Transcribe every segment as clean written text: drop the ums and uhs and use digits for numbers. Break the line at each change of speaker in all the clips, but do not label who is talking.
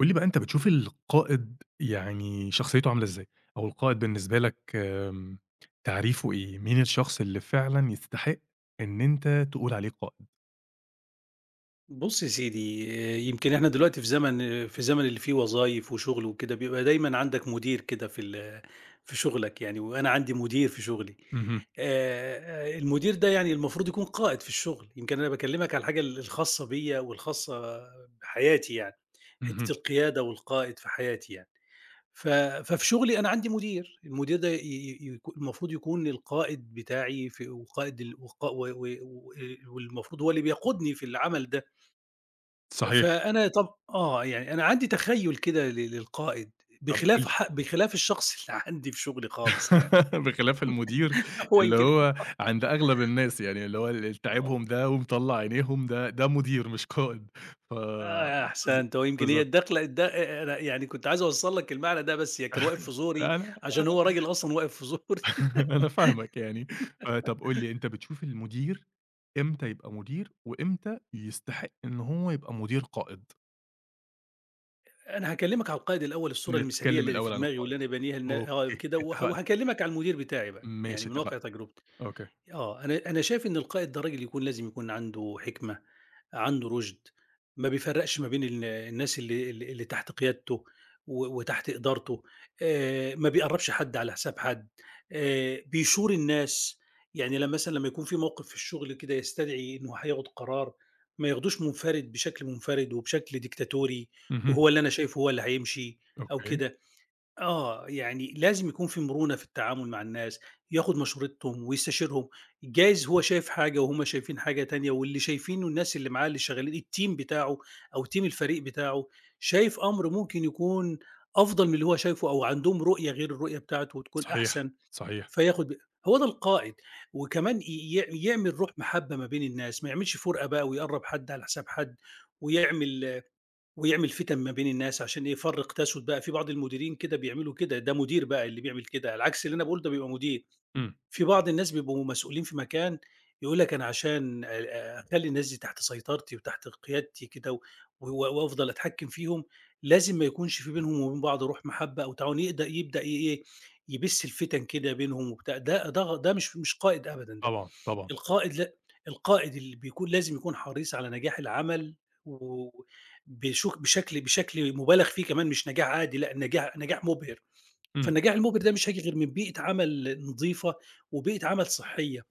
قُل لي بقى أنت بتشوف القائد يعني شخصيته عاملة إزاي؟ أو القائد بالنسبة لك تعريفه إيه؟ مين الشخص اللي فعلًا يستحق إن أنت تقول عليه قائد؟
بُص يا سيدي، يمكن إحنا دلوقتي في زمن في زمن اللي فيه وظايف وشغل وكده، بيبقى دايمًا عندك مدير كده في شغلك يعني، وأنا عندي مدير في شغلي.
اهم،
المدير ده يعني المفروض يكون قائد في الشغل، يمكن أنا باكلمك على الحاجة الخاصة بيّا والخاصة بحياتي يعني، حتّة
اهم،
القيادة والقائد في حياتي يعني. ف ففي شغلي أنا عندي مدير، المدير ده ي ي يك المفروض يكون القائد بتاعي في وقائد ال وق و و و والمفروض هو اللي بيقودني في العمل ده.
صحيح.
فأنا طب آه، يعني أنا عندي تخيُّل كده للقائد،
طب قُل
بخلاف
لي
بخلاف الشخص اللي عندي في شغلي خالص يعني،
بخلاف المدير
هو
اللي
يمكن
هو عند أغلب الناس يعني اللي هو اللي
آه،
تاعبهم ده ومطلّع عينيهم ده مدير مش قائد، ف
آه،
بالض
أحسنت، هو يمكن هي
بالضبط.
الداخلة أنا يعني كنت عايز أوصّل لك المعنى ده بس هي كان واقف في زوري،
لا،
عشان
لا
هو راجل أصلًا واقف في زوري.
أنا فاهمك يعني، طب قُل لي أنت بتشوف المدير إمتى يبقى مدير، وإمتى يستحق إن هو يبقى مدير قائد؟
أنا هاكلّمك على القائد الأول، الصورة المثالية
نتكلم
اللي في
الأول عن
دماغي
القائد،
واللي أنا بانيها لن آه،
أوكي
كده
اتفقنا،
وهاكلّمك على المدير بتاعي بقى، يعني
ماشي
من واقع
اتفقنا،
تجربتي.
أوكي،
آه، أنا شايف إن القائد ده راجل يكون لازم يكون عنده حكمة، عنده رُشد، ما بيفرّقش ما بين الناس اللي تحت قيادته وتحت إدارته، ما بيقرّبش حد على حساب حد، بيشور الناس، يعني لمّا مثلًا لمّا يكون في موقف في الشغل كده يستدعي إنه هياخد قرار، ما ياخدوش منفرد بشكل منفرد وبشكل ديكتاتوري،
اهم،
وهو اللي أنا شايفه هو اللي هيمشي أو
أوكي،
كده. آه، يعني لازم يكون في مرونة في التعامل مع الناس، ياخد مشورتهم ويستشيرهم، جايز هو شايف حاجة وهُم شايفين حاجة تانية، واللي شايفينه الناس اللي معاه اللي شغالين الteam بتاعه أو team الفريق بتاعه، شايف أمر ممكن يكون أفضل من اللي هو شايفه، أو عندهم رؤية غير الرؤية بتاعته وتكون
صحيح،
أحسن،
صحيح،
فياخد ب هو ده القائد. وكمان ي ي يعمل روح محبة ما بين الناس، ما يعملش فُرقة بقى ويقرّب حد على حساب حد ويعمل ويعمل فِتَن ما بين الناس. عشان إيه؟ يفرّق تسُد بقى، في بعض المديرين كده بيعملوا كده، ده مدير بقى اللي بيعمل كده، على عكس اللي أنا باقوله ده بيبقى مدير.
إمم،
في بعض الناس بيبقوا مسؤولين في مكان، يقول لك أنا عشان أخلّي الناس دي تحت سيطرتي وتحت قيادتي كده و و وأفضل أتحكّم فيهم، لازم ما يكونش في بينهم وبين بعض روح مَحبّة أو تعاون، يقد يبدأ ي إيه، يبِث الفِتَن كده بينهم وبتاع، ده مش قائد أبدًا ده.
طبعًا، طبعًا،
القائد لأ القائد اللي بيكون لازم يكون حريص على نجاح العمل و بشكل مبالغ فيه كمان، مش نجاح عادي، لأ، نجاح نجاح مُبهر.
إمم،
فالنجاح المُبهر ده مش هييجي غير من بيئة عمل نضيفة وبيئة عمل صحية،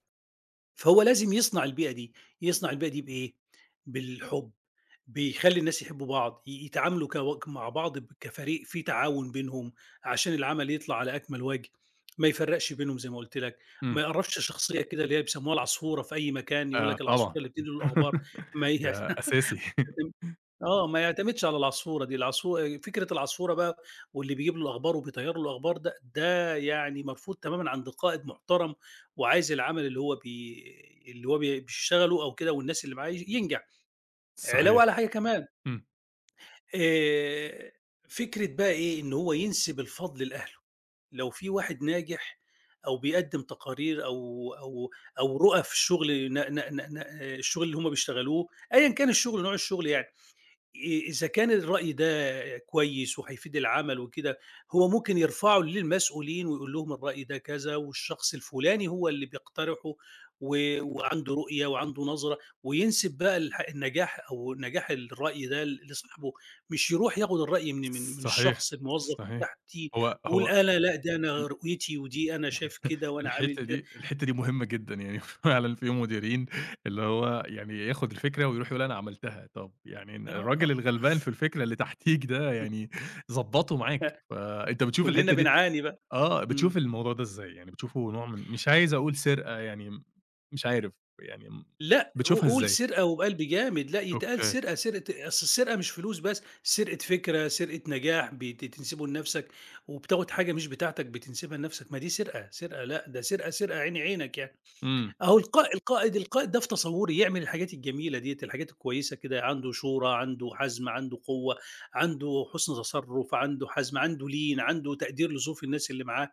فهو لازم يصنع البيئة دي. يصنع البيئة دي بإيه؟ بالحب، بيخلّي الناس يحبّوا بعض، ي يتعاملوا كو مع بعض كفريق في تعاون بينهم عشان العمل يطلع على أكمل وجه، ما يفرّقش بينهم زي ما قُلت لك، ما
إمم،
يقرّبش شخصية كده اللي هي بيسموها العصفورة في أي مكان، يقول لك العصفورة
طبعًا،
اللي بتنقل الأخبار. ما
ده
يعتمد
أساسي،
ما يعتمدش على العصفورة دي، فكرة العصفورة بقى واللي بيجيب له الأخبار وبيطيّر له الأخبار ده، ده يعني مرفوض تمامًا عند قائد محترم وعايز العمل اللي هو بيشتغله أو كده والناس اللي معاه ينجح. علاوة
صحيح،
على حاجة كمان،
إمم،
آآ، فكرة بقى إيه، إن هو ينسب الفضل لأهله. لو في واحد ناجح أو بيقدّم تقارير أو رُؤى في الشغل ن ن ن ن الشغل اللي هم بيشتغلوه، أيًا كان الشغل، نوع الشغل يعني، إ إذا كان الرأي ده كويس وهيفيد العمل وكده، هو ممكن يرفعه للمسؤولين ويقول لهم الرأي ده كذا والشخص الفلاني هو اللي بيقترحه و وعنده رؤية وعنده نظرة، وينسب بقى النجاح أو نجاح الرأي ده لصاحبه، مش يروح ياخد الرأي من
صحيح،
الشخص الموظف
صحيح،
تحتيه
هو
ويقول
هو
أنا لأ، ده أنا
ال
رؤيتي ودي أنا شايف كده وأنا عامل
الحتّة
كده.
دي الحتّة دي مهمة جدًا، يعني فعلًا في مديرين اللي هو يعني ياخد الفكرة ويروح يقول أنا عملتها، طَب يعني
آه،
الراجل
آه.
الغلبان في الفكرة اللي تحتيك ده يعني ضبّطه معاك، فأنت بتشوف
كلنا
الحتّة دي
بنعاني بقى.
آه، بتشوف
إمم.
الموضوع ده إزاي؟ يعني بتشوفه نوع من مش عايز أقول سرقة يعني مش عارف، يعني
لأ،
بتشوفها
قُل
إزاي؟
سرقة وبقلب جامد، لأ، يتقال
أوكي،
سرقة. سرقة، أصل السرقة مش فلوس بس، سرقة فكرة، سرقة نجاح بتنسبه لنفسك، وبتاخد حاجة مش بتاعتك بتنسبها لنفسك، ما دي سرقة، سرقة، لأ ده سرقة، سرقة عيني عينك يعني.
إمم.
أهو القائد ده في تصوّري يعمل الحاجات الجميلة ديّة، الحاجات الكويسة كده، عنده شورى، عنده حزم، عنده قوة، عنده حسن تصرُّف، عنده حزم، عنده لين، عنده تقدير لظروف الناس اللي معاه.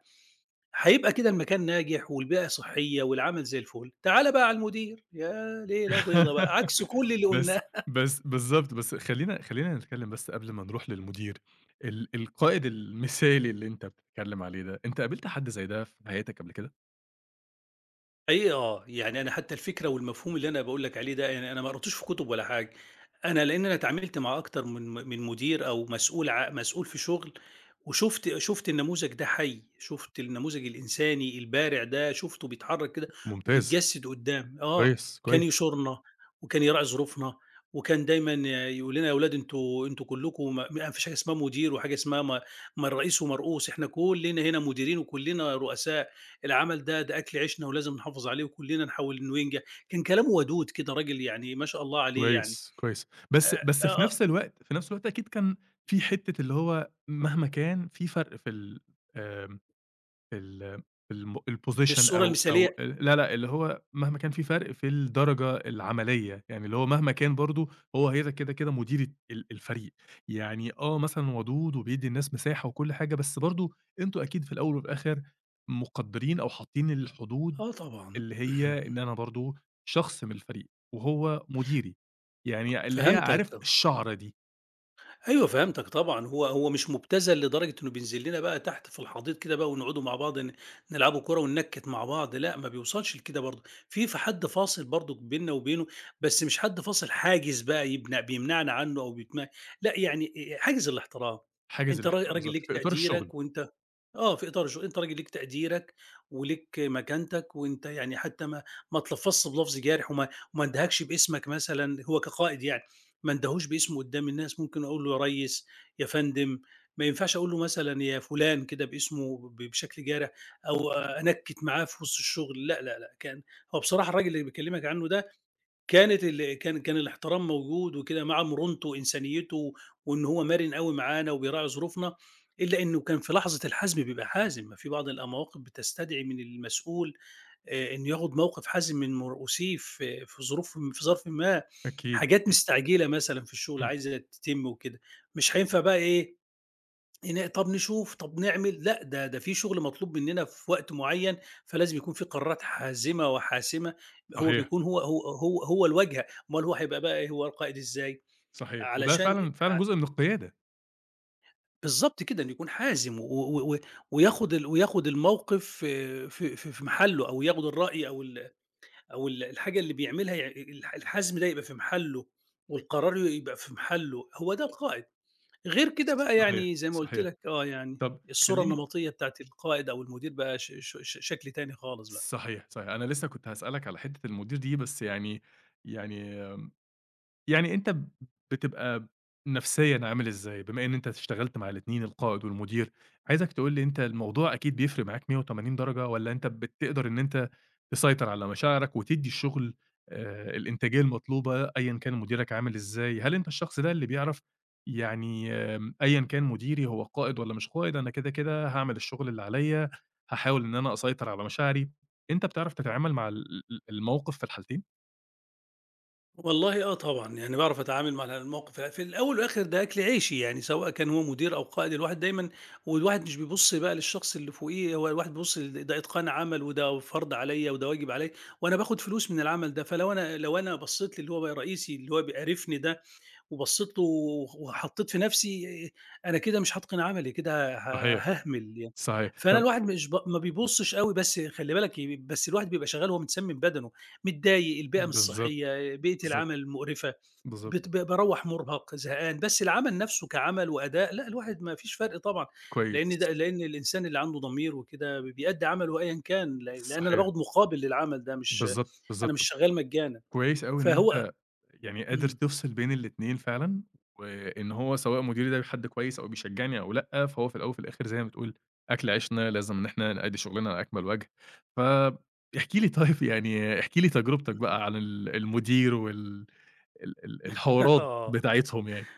هيبقى كده المكان ناجح والبيئة صحية والعمل زي الفل. تعالَ بقى على المدير، يا ليلة بيضا بقى، عكس كل اللي
بس
قُلناه.
بس بالضبط، بس خلّينا خلّينا نتكلّم بس قبل ما نروح للمدير، القائد المثالي اللي أنت بتتكلّم عليه ده، أنت قابلت حد زي ده في حياتك قبل كده؟
حقيقي آه، يعني أنا حتى الفكرة والمفهوم اللي أنا باقول لك عليه ده، يعني أنا ما قريتوش في كُتب ولا حاجة، أنا لإن أنا اتعاملت مع أكتر من من مدير أو مسؤول، مسؤول في شغل، شُفت النموذج ده حي، شُفت النموذج الإنساني البارع ده، شُفته بيتحرك كده
ممتاز،
وبيتجسد قدّام. آه،
كويس،
كان
كويس،
يشورنا وكان يراعي ظروفنا، وكان دايمًا يقول لنا: "يا ولاد أنتم كلّكم ما فيش حاجة اسمها مدير وحاجة اسمها ما ما الرئيس ومرؤوس، إحنا كُلّنا هنا مديرين وكُلّنا رؤساء." العمل ده أكل عيشنا ولازم نحافظ عليه وكلنا نحاول إنه ينجح. كان كلامه ودود كده، راجل يعني، ما شاء الله عليه يعني،
كويس، كويس،
آآ
بس في
آه، آه،
نفس الوقت في نفس الوقت أكيد كان في حتّة اللي هو مهما كان في فرق في ال آمم ال الم الposition
الصورة
أو أو
المثالية.
ال لا، لأ، اللي هو مهما كان في فرق في الدرجة العملية، يعني اللي هو مهما كان برضه هو هيبقى كده، كده مدير الفريق، يعني آه، مثلًا ودود وبيدّي الناس مساحة وكل حاجة، بس برضه أنتم أكيد في الأول وفي الآخر مقدّرين أو حاطين الحدود
آه طبعًا.
اللي هي إن أنا برضه شخص من الفريق وهو مديري، يعني اللي هي
فهمتك
عارف
طبعًا،
الشعرة دي،
أيوه فهمتك طبعًا، هو مش مبتذل لدرجة إنه بينزل لنا بقى تحت في الحضيض كده بقى، ونقعدوا مع بعض نلعبوا كورة وننكّت مع بعض، لأ، ما بيوصلش لكده برضه. في حد فاصل برضه بيننا وبينه، بس مش حد فاصل حاجز بقى بيمنعنا عنه أو بيتم لأ يعني، حاجز الاحترام.
حاجز
أنت
الاحترام
راجل
بالضبط،
ليك
في إطار الشغل،
تقديرك، وأنت في إطار الش أنت راجل ليك تقديرك وليك مكانتك، وأنت يعني حتى ما اتلفظت بلفظ جارح وما اندهكش باسمك مثلًا هو كقائد يعني، ما اندهوش باسمه قدّام الناس. ممكن أقول له يا ريس، يا فندم، ما ينفعش أقول له مثلًا يا فلان كده باسمه بشكل جارح، أو أنكِّت معاه في وسط الشغل، لأ، لأ، لأ. كان هو بصراحة الراجل اللي باكلمك عنه ده، كان الاحترام موجود وكده مع مرونته وإنسانيته، وإن هو مرن أوي معانا وبيراعي ظروفنا، إلا إنه كان في لحظة الحزم بيبقى حازم. في بعض المواقف بتستدعي من المسؤول إنه ياخد موقف حازم من مرؤوسيه في في ظروف في ظرف ما،
أكيد،
حاجات
أكيد،
مستعجلة مثلًا في الشغل
إمم،
عايزة تتم وكده، مش هينفع بقى إيه، هنا طب نشوف، طب نعمل، لأ ده في شغل مطلوب مننا في وقت معين، فلازم يكون في قرارات حازمة وحاسمة، هو
صحيح.
بيكون هو الواجهة. أمال هو هيبقى بقى إيه، هو القائد إزاي؟
صحيح، وده
علشان،
فعلًا فعلًا
آآ
جزء من القيادة.
بالضبط كده، إنه يكون حازم و و و وياخد وياخد الموقف في محله، أو ياخد الرأي أو ال أو ال الحاجة اللي بيعملها، ي الح الحزم ده يبقى في محله والقرار يبقى في محله، هو ده القائد. غير كده بقى
صحيح،
يعني زي ما قُلت
صحيح.
لك يعني
طب
الصورة
خلّيني
النمطية بتاعة القائد أو المدير بقى ش ش ش شكل تاني خالص بقى.
صحيح، صحيح. أنا لسه كنت هاسألك على حتّة المدير دي، بس يعني يعني أنت بتبقى نفسيًا عامل إزاي؟ بما إن أنت اشتغلت مع الاتنين القائد والمدير، عايزك تقول لي أنت الموضوع أكيد بيفرق معاك 180 درجة والّا أنت بتقدر إن أنت تسيطر على مشاعرك وتدّي الشغل الإنتاجية المطلوبة أيًا كان مديرك عامل إزاي؟ هل أنت الشخص ده اللي بيعرف يعني أيًا كان مديري هو قائد والّا مش قائد، أنا كده، كده هاعمل الشغل اللي عليّا، هاحاول إن أنا أسيطر على مشاعري، أنت بتعرف تتعامل مع ال ال الموقف في الحالتين؟
والله آه طبعًا، يعني باعرف أتعامل مع الموقف في الأول والآخر، ده أكل عيشي، يعني سواء كان هو مدير أو قائد الواحد دايمًا، والواحد مش بيبُص بقى للشخص اللي فوقيه، هو الواحد بيبُص ده إتقان عمل وده فرض عليَّ وده واجب عليَّ وأنا باخد فلوس من العمل ده، فلو أنا بصيت للي هو بقى رئيسي اللي هو بيقرفني ده، وبصّيت له وحطّيت في نَفْسي، أنا كده مش هاتقن عملي، كده
صحيح،
هاهمل يعني.
صحيح.
فأنا
طب
الواحد مش ما بيبُصّش أوي، بس خلّي بالك بس الواحد بيبقى شغّال وهو متسمِّم بدنه، متضايق، البيئة مش
بالضبط.
صحّية، بيئة
بالضبط،
العمل مقرفة،
بالضبط،
بت ب باروّح مُرهق، زهقان، بس العمل نَفْسه كعمل وأداء لأ، الواحد ما فيش فرق طبعًا، لإن
كويس،
ده لإن الإنسان اللي عنده ضمير وكده بيأدّي عمله أيًا كان، لإن أنا
صحيح،
باخُد مقابل للعمل ده، مش
بالضبط،
أنا مش
بالضبط،
شغّال مجانًا،
كويس أوي إن
فهو
أنت يعني قادر
إمم،
تفصل بين الاتنين فعلًا، وإن هو سواء مديري ده حد كويس أو بيشجعني أو لأ، فهو في الأول وفي الآخر زي ما بتقول أكل عيشنا، لازم إن إحنا نأدي شغلنا على أكمل وجه، فاحكِ لي طيب يعني احكِ لي تجربتك بقى عن المدير وال ال ال الحوارات
آه.
بتاعتهم يعني.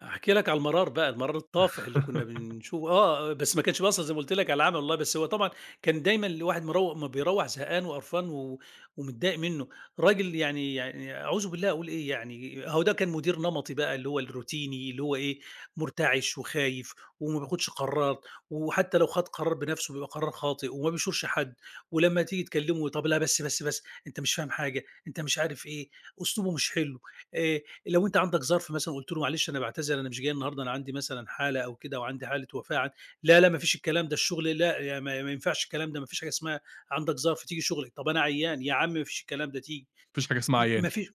هاحكي لك على المرار بقى، المرار الطافح اللي كنا بنشوفه بس ما كانش بيأثّر زي ما قُلت لك على العمل والله، بس هو طبعًا كان دايمًا الواحد أمّا بيروّح زهقان وقرفان ومتضايق منّه، راجل يعني أعوذ بالله أقول إيه يعني. هو ده كان مدير نمطي بقى اللي هو الروتيني، اللي هو إيه، مُرتعش وخايف وما بياخدش قرارات، وحتى لو خَد قرار بنَفْسه بيبقى قرار خاطئ وما بيشورش حد. ولمّا تيجي تكلّمه، طَب لا، بس، بس، بس، أنت مش فاهم حاجة، أنت مش عارف إيه، أسلوبه مش حلو. آآ لو أنت عندك ظرف مثلًا قُلت له معلش أنا باعتذر أنا مش جاي النهارده، أنا عندي مثلًا حالة أو كده، أو عندي حالة وفاة، عن لا، لا، ما فيش الكلام ده، الشغل لا يا، ما ينفعش الكلام ده، ما فيش حاجة اسمها عندك ظرف، تيجي شغلِك. طب أنا عيان، يا عم ما فيش الكلام ده، تيجي،
ما فيش حاجة اسمها
م
عيان
ما في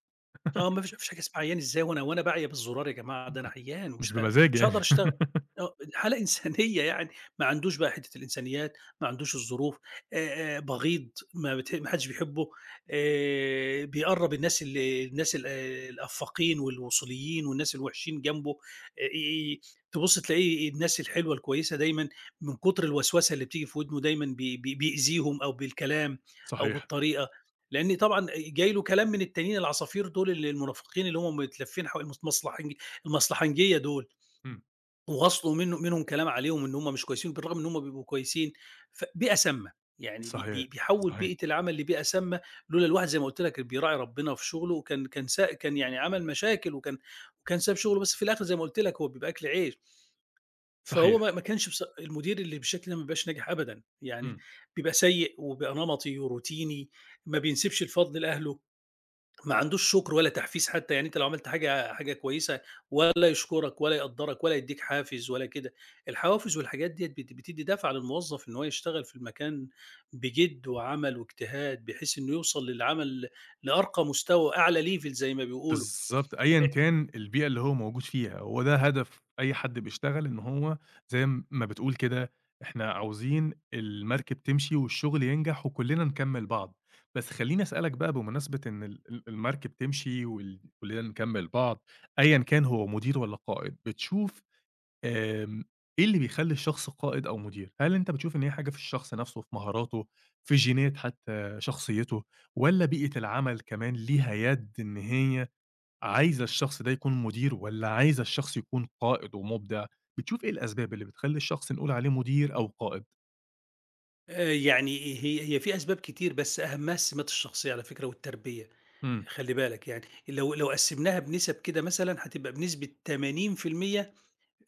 ما فيش حاجة اسمها عيان إزاي، وأنا باعيا بالزرار يا جماعة، ده أنا عيان،
مش
ومش
بمزاج
مش
يعني.
هاقدر أشتغل. آه، حالة إنسانية يعني، ما عندوش بقى حتة الإنسانيات، ما عندوش الظروف. بغيض ما حدش بيحبه. بيقرّب الناس الأفاقين والوصوليين والناس الوحشين جنبه. ي تبُص تلاقيه الناس الحلوة الكويسة دايمًا من كتر الوسوسة اللي بتيجي في ودنه دايمًا بي بي بيأذيهم أو بالكلام أو
صحيح،
بالطريقة، لإن طبعًا جاي له كلام من التانيين العصافير دول المنافقين اللي هم متلفين حو المص المصلحنجية دول،
إمم،
وغَصْلوا منهم كلام عليهم إن هم مش كويسين، بالرغم إن هم بيبقوا كويسين. فبيئة سامة، يعني بي
صحيح،
بي بيحوّل
صحيح،
بيئة العمل لبيئة سامة. لولا الواحد زي ما قُلت لك بيراعي ربنا في شغله وكان كان سا كان يعني عمل مشاكل وكان ساب شغله، بس في الآخر زي ما قُلت لك هو بيبقى أكل عيش. فهو
صحيح،
ما ما كانش المدير اللي بالشكل ده ما بيبقاش ناجح أبدًا، يعني
إمم.
بيبقى سيء وبيبقى نمطي وروتيني، ما بينسبش الفضل لأهله، ما عندوش شكر ولا تحفيز حتى. يعني أنت لو عملت حاجة كويسة ولا يشكرك ولا يقدّرك ولا يدّيك حافز ولا كده. الحوافز والحاجات ديّة بتدّي دافع للموظف إن هو يشتغل في المكان بجِد وعمل واجتهاد، بحيث إنه يوصل للعمل لأرقى مستوى، أعلى level زي ما بيقولوا.
بالضبط،
أ
أيًا كان البيئة اللي هو موجود فيها، هو ده هدف أي حد بيشتغل إن هو زي ما بتقول كده، إحنا عاوزين المركب تمشي والشغل ينجح وكلنا نكمّل بعض، بس خلّيني أسألك بقى بمناسبة إن ال ال المركب تمشي كلنا نكمّل بعض، أيًا كان هو مدير والّا قائد، بتشوف آمم، إيه اللي بيخلّي الشخص قائد أو مدير؟ هل أنت بتشوف إن هي حاجة في الشخص نفسه، في مهاراته، في جينات حتى شخصيته، والّا بيئة العمل كمان ليها يد إن هي عايزة الشخص ده يكون مدير والّا عايزة الشخص يكون قائد ومُبدع؟ بتشوف إيه الأسباب اللي بتخلّي الشخص نقول عليه مدير أو قائد؟
يعني هي هي في أسباب كتير بس أهمها السمات الشخصية على فكرة والتربية.
إمم،
خلّي بالك يعني، لو قسّمناها بنِسَب كده مثلًا هتبقى بنسبة 80%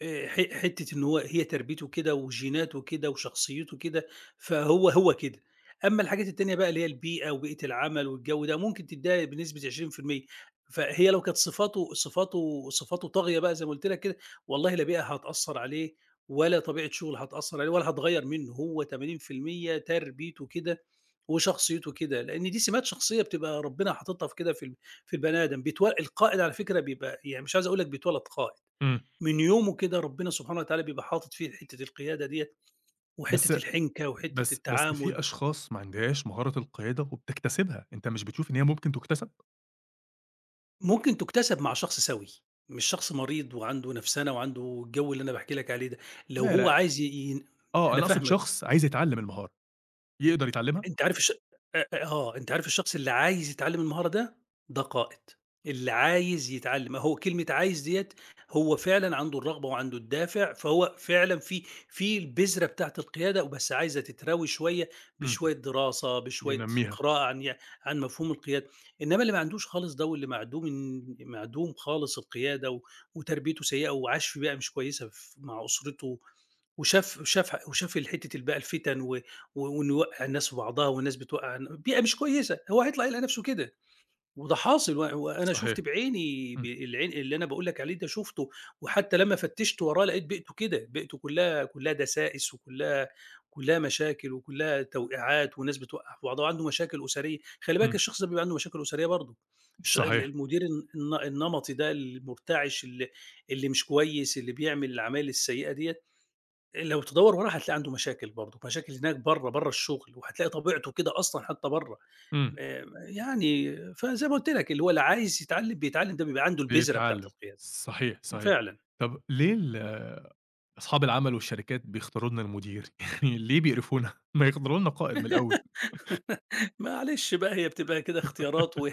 ح حتّة إن هي تربيته كده وجيناته كده وشخصيته كده، فهو هو كده. أمّا الحاجات التانية بقى اللي هي البيئة وبيئة العمل والجو ده، ممكن تدّيها بنسبة 20%. فهي لو كانت صفاته طاغية بقى زي ما قُلت لك كده، والله لا بيئة هتأثّر عليه ولا طبيعة شغل هتأثّر عليه ولا هتغيّر منّه. هو 80% تربيته كده وشخصيته كده، لإن دي سمات شخصية بتبقى ربنا حاططها في كده في البني آدم. بيتو القائد على فكرة بيبقى يعني مش عايز أقول لك بيتولد قائد.
إمم.
من يومه كده ربنا سبحانه وتعالى بيبقى حاطط فيه حتة القيادة ديّة،
بس
وحتة الحنكة، وحتة
بس في
التعامل.
أشخاص ما عندهاش مهارة القيادة وبتكتسبها، أنت مش بتشوف إن هي ممكن تُكتسب؟
ممكن تُكتسب مع شخص سوي، مش شخص مريض وعنده نفسَنة وعنده الجو اللي أنا باحكي لك عليه ده. لو
لا،
هو
لأ،
عايز ي ين
آه،
أنا
أنا أقصد
فاهمك.
شخص عايز يتعلّم المهارة، يقدر يتعلّمها؟
أنت عارف الش أ آه، أنت عارف الشخص اللي عايز يتعلّم المهارة ده، ده قائد. اللي عايز يتعلّم أهو كلمة عايز ديّة، هو فعلًا عنده الرغبة وعنده الدافع، فهو فعلًا في في البذرة بتاعة القيادة وبس عايزة تتروي شوية،
إمم،
بشوية دراسة، بشوية
ينمّيها،
قراءة عن ي عن مفهوم القيادة. إنّما اللي ما عندوش خالص ده واللي معدوم خالص القيادة و وتربيته سيئة وعاش في بيئة مش كويسة ف مع أسرته وشاف ال حتّة ال بقى الفِتَن وإنه يوقّع الناس في بعضها والناس بتوقّع بيئة مش كويسة، هو هيطلع يلاقي نَفْسه كده. وده حاصل، وأنا شُفت
صحيح،
بعيني، ب
إمم،
العين اللي أنا باقول لك عليه ده شُفته. وحتّى لمّا فتّشت وراه لقيت بيئته كده، بيئته كُلّها دسائس كُلّها مشاكل وكُلّها توقيعات وناس بتوقّع في بعضها وعنده مشاكل أسرية. خلّي بالك
إمم،
الشخص ده بيبقى عنده مشاكل أسرية برضه. الش ال
صحيح،
المدير النمطي ده المُرتعش اللي مش كويس، اللي بيعمل العمايل السيئة ديّة، لو تدوّر وراه هتلاقي عنده مشاكل برضه، مشاكل هناك برّه، برّه الشغل، وهتلاقي طبيعته كده أصلًا حتى برّه.
إمم.
آآ يعني فزي ما قُلت لك اللي هو اللي عايز يتعلّم بيتعلّم، ده بيبقى عنده البذرة بتاعة
بيتعلّم،
القيادة،
صحيح، صحيح.
فعلًا.
طب ليه أصحاب العمل والشركات بيختاروا لنا المدير؟ يعني ليه بيقرفونا؟ ما يختاروا لنا قائد من الأول.
معلش بقى هي بتبقى كده اختيارات، و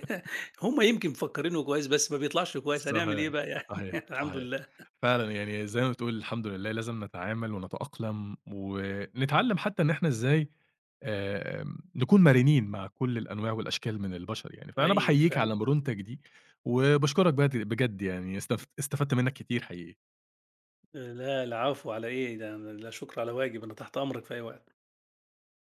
هم يمكن مفكّرينه كويس بس ما بيطلعش كويس، هنعمل
صحيح،
إيه بقى يعني
صحيح،
الحمد
صحيح.
لله.
فعلًا يعني زي ما بتقول الحمد لله لازم نتعامل ونتأقلم، ونتعلّم حتى إن إحنا إزاي نكون مرنين مع كل الأنواع والأشكال من البشر يعني. فأنا
حقيقي
باحييك
فعلًا.
على مرونتك دي، وباشكرك بجد بجد يعني، استفدت منّك كتير حقيقي.
لا العفو على إيه، ده لا شكر على واجب، أنا تحت أمرك في أي وقت.